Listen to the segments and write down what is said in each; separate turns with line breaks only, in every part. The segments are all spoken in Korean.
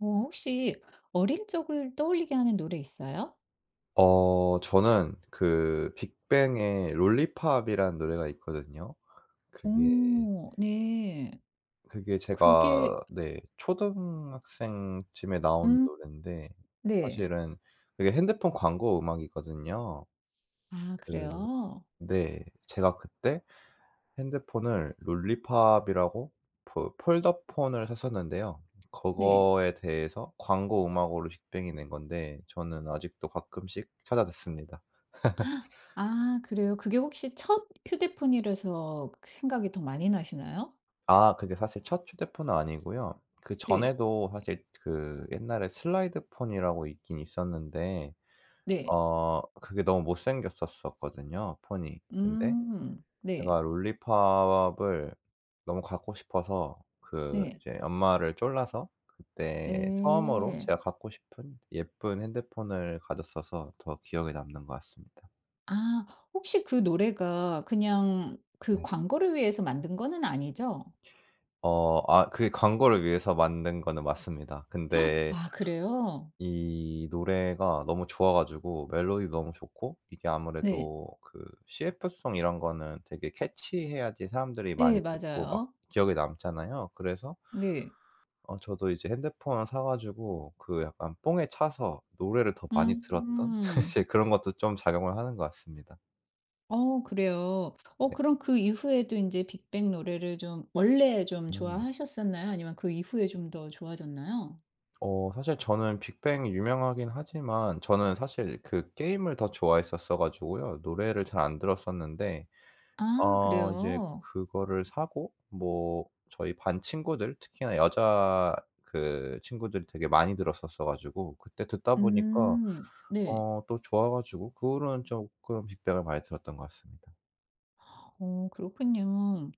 혹시 어린 적을 떠올리게 하는 노래 있어요?
저는 그 빅뱅의 롤리팝이라는 노래가 있거든요. 그게
오, 네.
그게 제가
그게
네 초등학생쯤에 나온
음
노랜데
네.
사실은 그게 핸드폰 광고 음악이거든요.
아,
그
그래요?
네. 제가 그때 핸드폰을 롤리팝이라고 폴 폴더폰을 샀었는데요.
네.
그거에 대해서 광고 음악으로 빅뱅이 낸 건데 저는 아직도 가끔씩 찾아 듣습니다.
아, 그래요? 그게 혹시 첫 휴대폰이라서 그 생각이 더 많이 나시나요?
그게 사실 첫 휴대폰은 아니고요.
네.
그전에도 사실 그 옛날에 슬라이드 폰이라고 있긴 있었는데
네.
그게 너무 못생겼었었거든요 폰이. 근데
음. 네.
제가 롤리팝을 너무 갖고 싶어서 그
네.
이제 엄마를 쫄라서 그때 처음으로
네.
제가 갖고 싶은 예쁜 핸드폰을 가졌어서 더 기억에 남는 것 같습니다.
아, 혹시 그 노래가 그냥 그
네.
광고를 위해서 만든 거는 아니죠?
그게 광고를 위해서 만든 거는 맞습니다. 근데
아, 그래요?
이 노래가 너무 좋아 가지고 멜로디도 너무 좋고 이게
네.
아무래도 그 CF송 이런 거는 되게 캐치해야지 사람들이 많이
네,
듣고 막
맞아요.
기억에 남잖아요. 그래서
네.
저도 이제 핸드폰을 사 가지고 그 약간 뽕에 차서 노래를 더 많이 들었던
음.
이제 그런 것도 좀 작용을 하는 것 같습니다.
그래요.
네.
그럼 그 이후에도 인제 빅뱅 노래를 좀 원래 좀
음.
좋아하셨었나요? 아니면 그 이후에 좀 더 좋아졌나요?
사실 저는 빅뱅이 유명하긴 하지만 저는 사실 그 게임을 더 좋아했었어 가지고요. 노래를 잘 안 들었었는데
아,
이제
그래요?
그거를 사고 뭐 저희 반 친구들 특히나 여자 그 친구들이 되게 많이 들었었어 가지고 그때 듣다 보니까
음. 네.
또 좋아 가지고 그 후로는 쪼끔 빅뱅을 많이 들었던 것 같습니다.
그렇군요.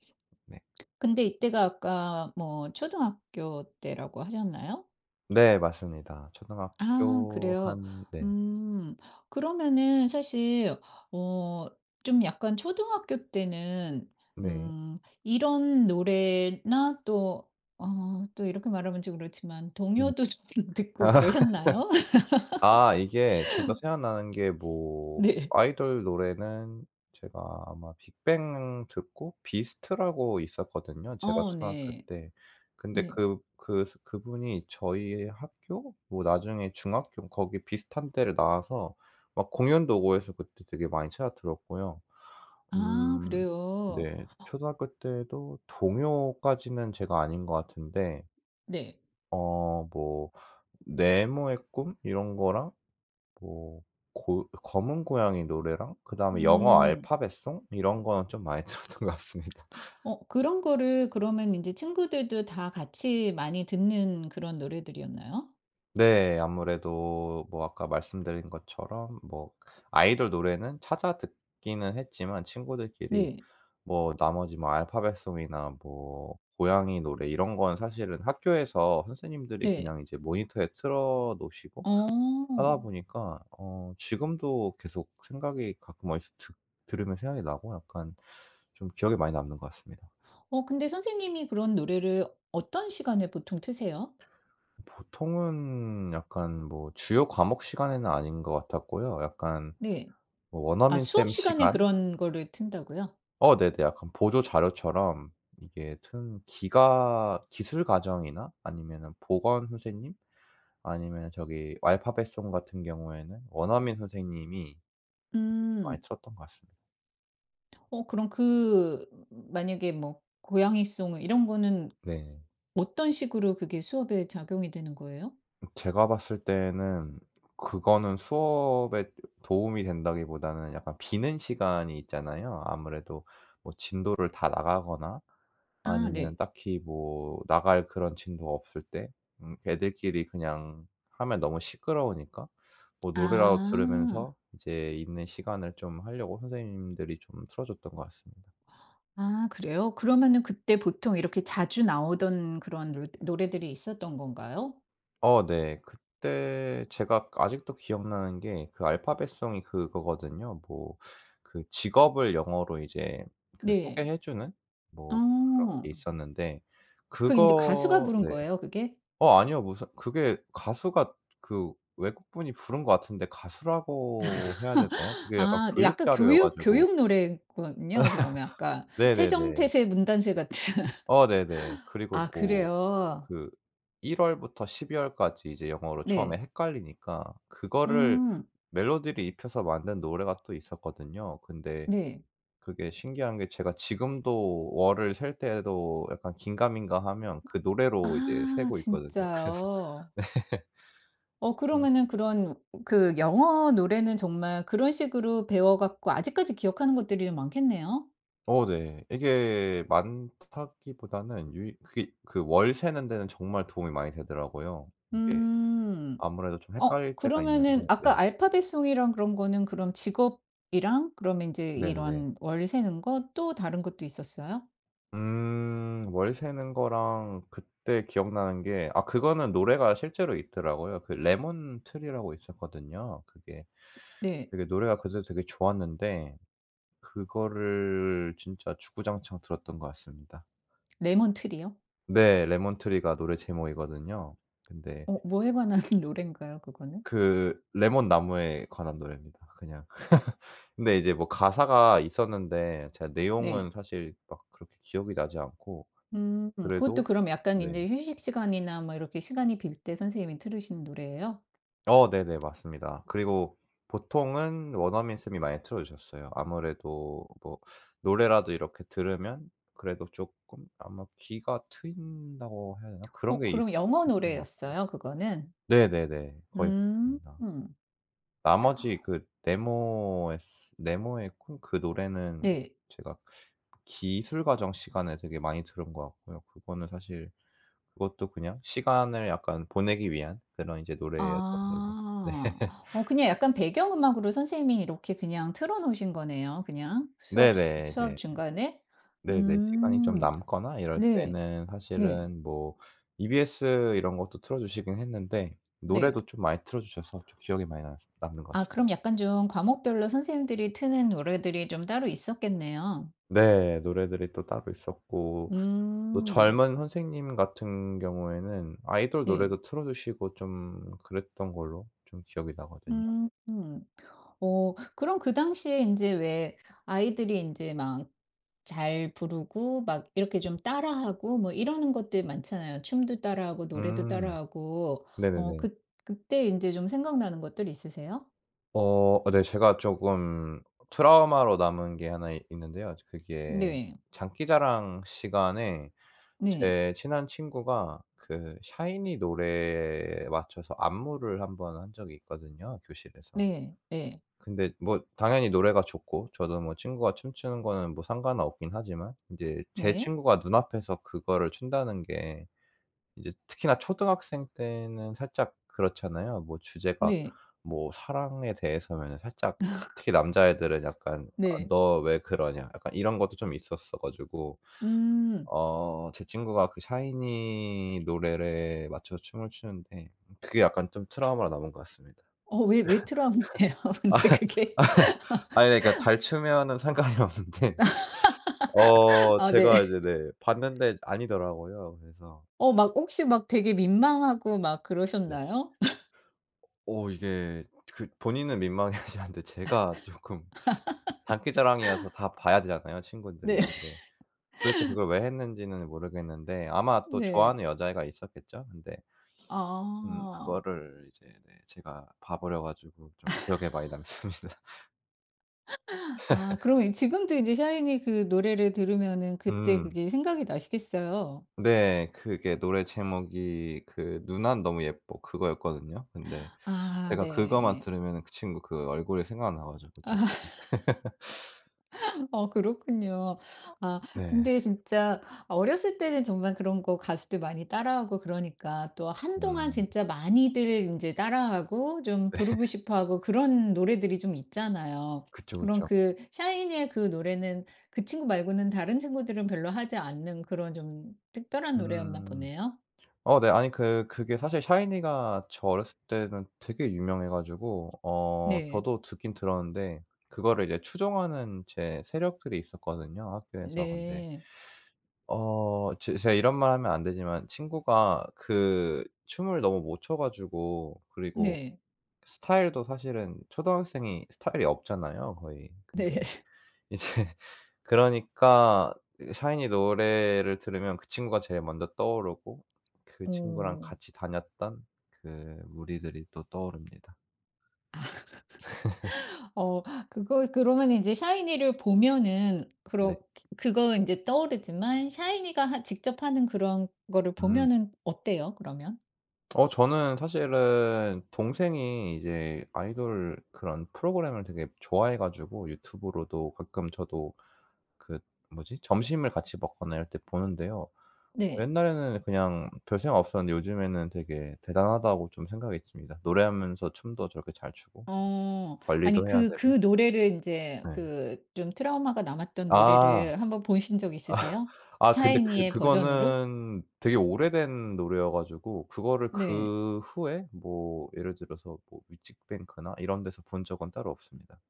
네.
근데 이때가 아까 뭐 초등학교 때라고 하셨나요?
네, 맞습니다.
아,
초등학교
그래요?
한 네.
음. 그러면은 사실 어 좀 약간 초등학교 때는
네.
음 이런 노래나 또 또 이렇게 말하면 좀 그렇지만
네.
동요도 좀 듣고 그러셨나요?
이게 저도 생각나는 게 뭐
네.
아이돌 노래는 제가 아마 빅뱅 듣고 비스트라고 있었거든요, 제가
어,
초등학교
네.
때. 근데
네.
그분이 저희 학교 뭐 나중에 중학교 거기 비슷한 때를 나와서 막 공연도 오고 해서 그때 되게 많이 찾아 들었고요.
아,
음
그래요?
네. 초등학교 때도 동요까지는 제가 아닌 것 같은데
네.
뭐 네모의 꿈 이런 거랑 뭐 고 검은 고양이 노래랑 그다음에 영어
음.
알파벳송 이런 거는 좀 많이 들었던 것 같습니다.
그런 거를 그러면 이제 친구들도 다 같이 많이 듣는 그런 노래들이었나요?
네. 아무래도 뭐 아까 말씀드린 것처럼 뭐 아이돌 노래는 찾아 듣기는 했지만 친구들끼리
네.
뭐 나머지 뭐 알파벳송이나 뭐 고양이 노래 이런 건 사실은 학교에서 선생님들이
네.
그냥 이제 모니터에 틀어 놓으시고 하다
어.
보니까 지금도 계속 생각이 가끔 어디서 듣 들으면 생각이 나고 약간 좀 기억에 많이 남는 것 같습니다.
근데 선생님이 그런 노래를 어떤 시간에 보통 트세요?
보통은 약간 뭐 주요 과목 시간에는 아닌 것 같았고요. 약간
네.
뭐
아,
원어민
수업
쌤
시간에
시간.
그런 거를 튼다고요?
네네. 약간 보조 자료처럼 이게 튼 기가 기술 과정이나 아니면은 보건 선생님 아니면 저기 알파벳 송 같은 경우에는 원어민 선생님이 이제 좀 많이
음.
틀었던 것 같습니다.
그럼 그 만약에 뭐 고양이송 이런 거는
네.
어떤 식으로 그게 수업에 작용이 되는 거예요?
제가 봤을 때는 그거는 수업에 도움이 된다기보다는 약간 비는 시간이 있잖아요. 아무래도 뭐 진도를 다 나가거나
아,
아니면
네.
딱히 뭐 나갈 그런 진도가 없을 때 애들끼리 그냥 하면 너무 시끄러우니까 뭐 노래라도
아.
들으면서 이제 있는 시간을 좀 하려고 선생님들이 좀 틀어 줬던 것 같습니다.
아, 그래요? 그러면은 그때 보통 이렇게 자주 나오던 그런 노 노래들이 있었던 건가요?
네. 그때 제가 아직도 기억나는 게 그 알파벳송이 그거거든요. 뭐 그 직업을 영어로 이제 그
네.
소개해 주는 뭐 그런 게
어.
있었는데
그 이제 가수가
그거
부른
네.
거예요, 그게?
아니요. 무슨 그게 가수가 그 외국분이 부른 것 같은데 가수라고 해야 되나요? 그게 약간
아, 네,
교육
약간
자료여
교육
가지고
교육 노래군요. 그러면 약간
네네네.
태정태세 문단세 같은.
네네. 그리고
아,
뭐
그래요?
그 1월부터 12월까지 이제 영어로 처음에
네.
헷갈리니까 그거를
음,
멜로디를 입혀서 만든 노래가 또 있었거든요. 근데
네.
그게 신기한 게 제가 지금도 월을 셀 때에도 약간 긴가민가하면 그 노래로 이제
아,
세고 있거든요. 그래서
진짜요?
네.
그러면은 그런 그 영어 노래는 정말 그런 식으로 배워 갖고 아직까지 기억하는 것들이 많겠네요.
네. 이게 많다기보다는 유이 그게 그 월 세는 데는 정말 도움이 많이 되더라고요. 이게
음.
아무래도 좀 헷갈릴 때가
그러면은
있는데
아까
네.
알파벳 송이랑 그런 거는 그럼 직업이랑 그러면 이제
네네네.
이런 월세는 거 또 다른 것도 있었어요?
음. 월 세는 거랑 그때 기억나는 게 아, 그거는 노래가 실제로 있더라고요. 그 레몬트리라고 있었거든요. 그게
네.
되게 노래가 그때 되게 좋았는데 그거를 진짜 주구장창 들었던 것 같습니다.
레몬 트리요?
네. 레몬트리가 노래 제목이거든요. 근데
뭐에 관한 노래인가요 그거는?
그 레몬 나무에 관한 노래입니다 그냥. 근데 이제 뭐 가사가 있었는데 제가
네.
내용은 사실 막 그렇게 기억이 나지 않고
그것도
그래도
그럼 약간 이
네.
제 휴식 시간이나 뭐 이렇게 시간이 빌때 선생님이 틀으신 노래예요?
네네, 맞습니다. 그리고 보통은 원어민쌤이 많이 틀어 주셨어요. 아무래도 뭐 노래라도 이렇게 들으면 그래도 쪼끔 아마 귀가 트인다고 해야 되나? 그런 게 있
그럼 영어
있었던 것 같고요.
노래였어요 그거는?
네네네. 거의
음.
그렇습니다.
음.
나머지 그 네모의 콩 그 노래는
네.
제가 기술 과정 시간에 되게 많이 들은 것 같고요. 그거는 사실 그것도 그냥 시간을 약간 보내기 위한 그런 이제 노래였던 걸로. 네.
아. 그냥 약간 배경음악으로 선생님이 이렇게 그냥 틀어 놓으신 거네요 그냥
네네.
수업
이제
중간에?
네네. 시간이 좀
음.
남거나 이럴
네.
때는
네.
사실은 뭐 EBS 이런 것도 틀어 주시긴 했는데
네.
노래도 좀 많이 틀어 주셔서 좀 기억에 많이 남 남는 것
아, 그럼
같습니다.
약간 좀 과목별로 선생님들이 트는 노래들이 좀 따로 있었겠네요.
네. 노래들이 또 따로 있었고 또
음.
젊은 선생님 같은 경우에는 아이돌
네.
노래도 틀어 주시고 좀 그랬던 걸로 좀 기억이 나거든요.
음. 음. 그럼 그 당시에 인제 왜 아이들이 인제 막 잘 부르고 막 이렇게 좀 따라하고 뭐 이러는 것들 많잖아요. 춤도 따라하고 노래도
음.
따라하고. 어
네네네.
그 그때 인제 좀 생각나는 것들 있으세요?
네. 제가 쪼금 트라우마로 남은 게 하나 있는데요. 그게
네.
장기자랑 시간에
네.
제 친한 친구가 그 샤이니 노래에 맞춰서 안무를 한 번 한 적이 있거든요, 교실에서.
네. 네.
근데 뭐 당연히 노래가 좋고 저도 뭐 친구가 춤추는 거는 뭐 상관은 없긴 하지만 인제 제
네.
친구가 눈앞에서 그거를 춘다는 게 이제 특히나 초등학생 때는 살짝 그렇잖아요. 뭐 주제가
네.
뭐 사랑에 대해서면은 살짝 특히 남자애들은 약간 "아,
네.
너 왜 그러냐." 약간 이런 것도 좀 있었어 가지고
음.
제 친구가 그 샤이니 노래에 맞춰서 춤을 추는데 그게 약간 좀 트라우마로 남은 것 같습니다.
왜 트라우마예요? 근데
아,
그게?
아니 그러니까 잘 추면은 상관이 없는데
아, 네.
제가 이제 네 봤는데 아니더라고요. 그래서
막 혹시 막 되게 민망하고 막
네.
그러셨나요?
어 이게 그 본인은 민망해하시는데 제가 쪼끔 장기자랑이어서 다 봐야 되잖아요,
네.
친구들이. 근데 도대체 그걸 왜 했는지는 모르겠는데 아마 또
네.
좋아하는 여자애가 있었겠죠? 근데
아.
그거를 이제 네 제가 봐 버려 가지고 좀 기억에 많이 남습니다.
아, 그럼 지금도 이제 샤이니 그 노래를 들으면은 그때
음.
그게 생각이 나시겠어요?
네. 그게 노래 제목이 그 "누난 너무 예뻐." 그거였거든요. 근데
아,
제가 그거만
네.
들으면은 그 친구 그 얼굴이 생각나 가지고 쪼끔
그렇군요. 아,
네.
근데 진짜 어렸을 때는 정말 그런 거 가수들 많이 따라하고 그러니까 또 한동안
음.
진짜 많이들 이제 따라하고 좀 부르고 싶어 하고 그런 노래들이 좀 있잖아요.
그쵸,
그런
그쵸.
그 샤이니의 그 노래는 그 친구 말고는 다른 친구들은 별로 하지 않는 그런 좀 특별한 노래였나
음.
보네요.
네. 아니 그 그게 사실 샤이니가 저 어렸을 때는 되게 유명해 가지고
네.
저도 듣긴 들었는데 그거를 이제 추종하는 제 세력들이 있었거든요 학교에서. 근데
네.
어 제 제가 이런 말 하면 안 되지만 친구가 그 춤을 너무 못춰 가지고 그리고
네.
스타일도 사실은 초등학생이 스타일이 없잖아요 거의.
네.
근데 이제 그러니까 샤이니 노래를 들으면 그 친구가 제일 먼저 떠오르고 그 친구랑
어.
같이 다녔던 그 무리들이 또 떠오릅니다.
어 그거 그러면 이제 샤이니를 보면은
네.
그렇 그거 이제 떠오르지만 샤이니가 하 직접 하는 그런 거를
음.
보면은 어때요 그러면?
저는 사실은 동생이 이제 아이돌 그런 프로그램을 되게 좋아해 가지고 유튜브로도 가끔 저도 그 뭐지? 점심을 같이 먹거나 이럴 때 보는데요.
네.
옛날에는 그냥 별 생각 없었는데 요즘에는 되게 대단하다고 좀 생각했습니다. 노래하면서 춤도 저렇게 잘 추고
어. 아니,
관리도 해야
그
되고.
그 노래를 이제
네.
그 좀 트라우마가 남았던
아. 아.
노래를 한번 보신 적 있으세요?
아, 근데 그
샤이니의 버전으로?
그거는 되게 오래된 노래여 가지고 그거를
네.
그 후에 뭐 예를 들어서 뭐 뮤직뱅크나 이런 데서 본 적은 따로 없습니다.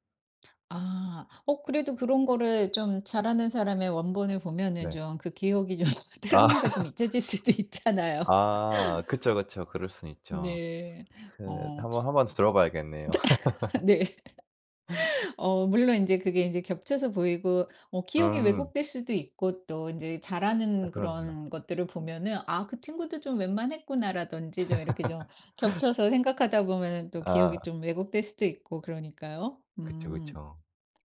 아. 그래도 그런 거를 좀 잘하는 사람의 원본을 보면은
네.
좀 그 기억이 좀 드라
아.
마가 좀 잊혀질 수도 있잖아요.
아 그쵸, 그쵸. 그럴 순 있죠.
네.
그
어.
한번 들어봐야겠네요.
네. 물론 이제 그게 이제 겹쳐서 보이고 기억이
음.
왜곡될 수도 있고 또 이제
아
잘하는
그럼요.
그런 것들을 보면은 '아, 그 친구도 좀 웬만했구나.'라든지 좀 이렇게 좀 겹쳐서 생각하다 보면은 또 기억이
아
좀 왜곡될 수도 있고 그러니까요.
그쵸,
음.
그쵸.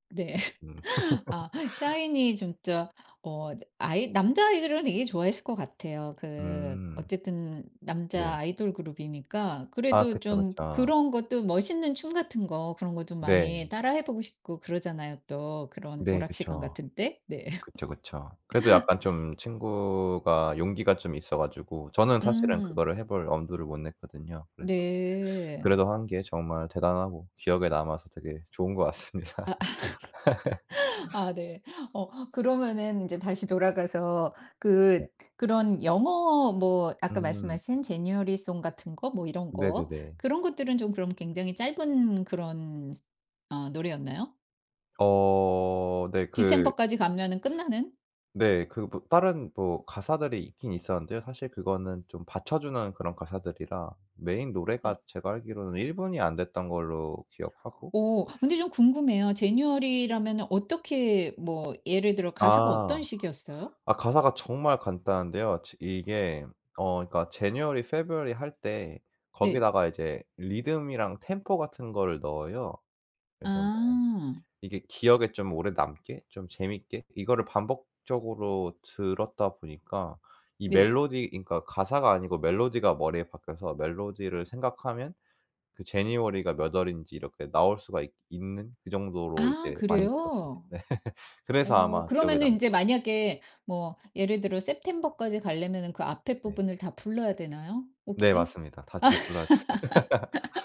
네.
음.
아, 샤이니 진짜 어 아이 남자아이들은 되게 좋아했을 것 같아요. 그
음.
어쨌든 남자
네.
아이돌 그룹이니까
아
그래도
그쵸,
좀
그쵸.
그런 것도 멋있는 춤 같은 거 그런 거 좀
네.
많이 따라해 보고 싶고 그러잖아요 또. 그런
네
오락 시간
그쵸.
같은 때. 네.
그쵸, 그쵸. 그래도 약간 좀 친구가 용기가 좀 있어 가지고 저는 사실은
음.
그거를 해볼 엄두를 못 냈거든요. 그래서
네.
그래도 한 게 정말 대단하고 기억에 남아서 되게 좋은 것 같습니다.
아, 네. 그러면은 이제 다시 돌아가서 그 그런 영어 뭐 아까
음.
말씀하신 제니어리 송 같은 거 뭐 이런 거
네네네.
그런 것들은 좀 그럼 굉장히 짧은 그런 노래였나요?
어 네 그
디셈버까지 가면은 끝나는?
네 그 뭐 다른 뭐 가사들이 있긴 있었는데요. 사실 그거는 좀 받쳐주는 그런 가사들이라 메인
음.
노래가 제가 알기로는 1 분이 안 됐던 걸로 기억하고
오, 근데 좀 궁금해요. 제니어리라면은 어떻게 뭐 예를 들어 가사가 어떤
아.
식이었어요?
아 가사가 정말 간단한데요. 지 이게 어 그러니까 January, February 할 때
네.
거기다가 이제 리듬이랑 템포 같은 거를 넣어요. 그래서 뭐
아.
이게 기억에 좀 오래 남게 좀 재밌게 이거를 반복적으로 들었다 보니까 이
네.
멜로디 그러니까 가사가 아니고 멜로디가 머리에 박혀서 멜로디를 생각하면 그 January가 몇 월인지 이렇게 나올 수가 있 있는 그 정도로
아,
이제 많이 들었습니다.
그래요?
네. 그래서 아마 기억에
그러면은
남는
이
것
제
같아요.
만약에 뭐 예를 들어 셉템버까지 가려면은 그 앞에
네.
부분을 다 불러야 되나요?
네,
혹시?
맞습니다. 다 불러야.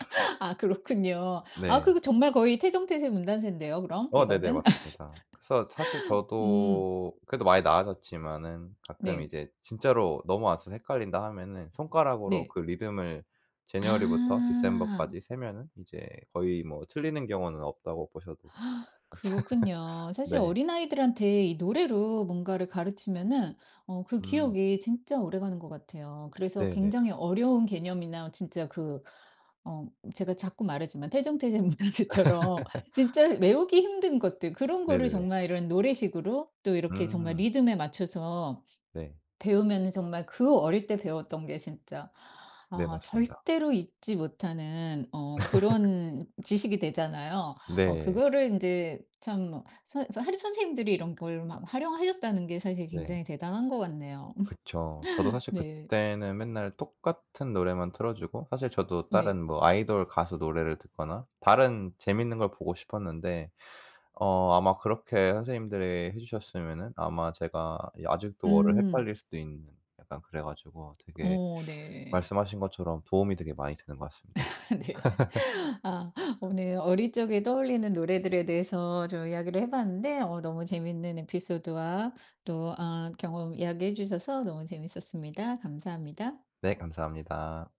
아, 그렇군요. 아,
네.
그거 정말 거의 태정태세 문단세인데요 그럼
네네,
이거는?
맞습니다. 그래서 사실
음.
저도 그래도 많이 나아졌지만은 가끔
네.
이제 진짜로 너무 안써서 헷갈린다 하면은 손가락으로
네.
그 리듬을 January부터
아.
December까지 세면은 이제 거의 뭐 틀리는 경우는 없다고 보셔도.
아, 그렇군요. 사실
네.
어린아이들한테 이 노래로 뭔가를 가르치면은 그
음.
기억이 진짜 오래가는 것 같아요. 그래서
네네.
굉장히 어려운 개념이나 진짜 어 제가 자꾸 말하지만 태종태제 문화재처럼 진짜 외우기 힘든 것들 그런 거를
네네네.
정말 이런 노래식으로 또 이렇게 정말
음.
리듬에 맞춰서
네.
배우면은 정말 그 어릴 때 배웠던 게 진짜
네, 맞습니다.
절대로 잊지 못하는 그런 지식이 되잖아요.
네.
그거를 인제 참 뭐 선 하루 선생님들이 이런 걸 막 활용하셨다는 게 사실
네.
굉장히 대단한 것 같네요.
그쵸. 저도 사실
네.
그때는 맨날 똑같은 노래만 틀어 주고 사실 저도
네.
다른 뭐 아이돌 가수 노래를 듣거나 다른 재밌는 걸 보고 싶었는데 아마 그렇게 선생님들이 해 주셨으면은 아마 제가 이 아직도 월을
음.
헷갈릴 수도 있는 약간 그래 가지고 되게
어, 네.
말씀하신 것처럼 도움이 되게 많이 되는 것 같습니다.
네. 아, 오늘 어릴 적에 떠올리는 노래들에 대해서 좀 이야기를 해 봤는데 너무 재밌는 에피소드와 또 경험 이야기해 주셔서 너무 재밌었습니다. 감사합니다.
네, 감사합니다.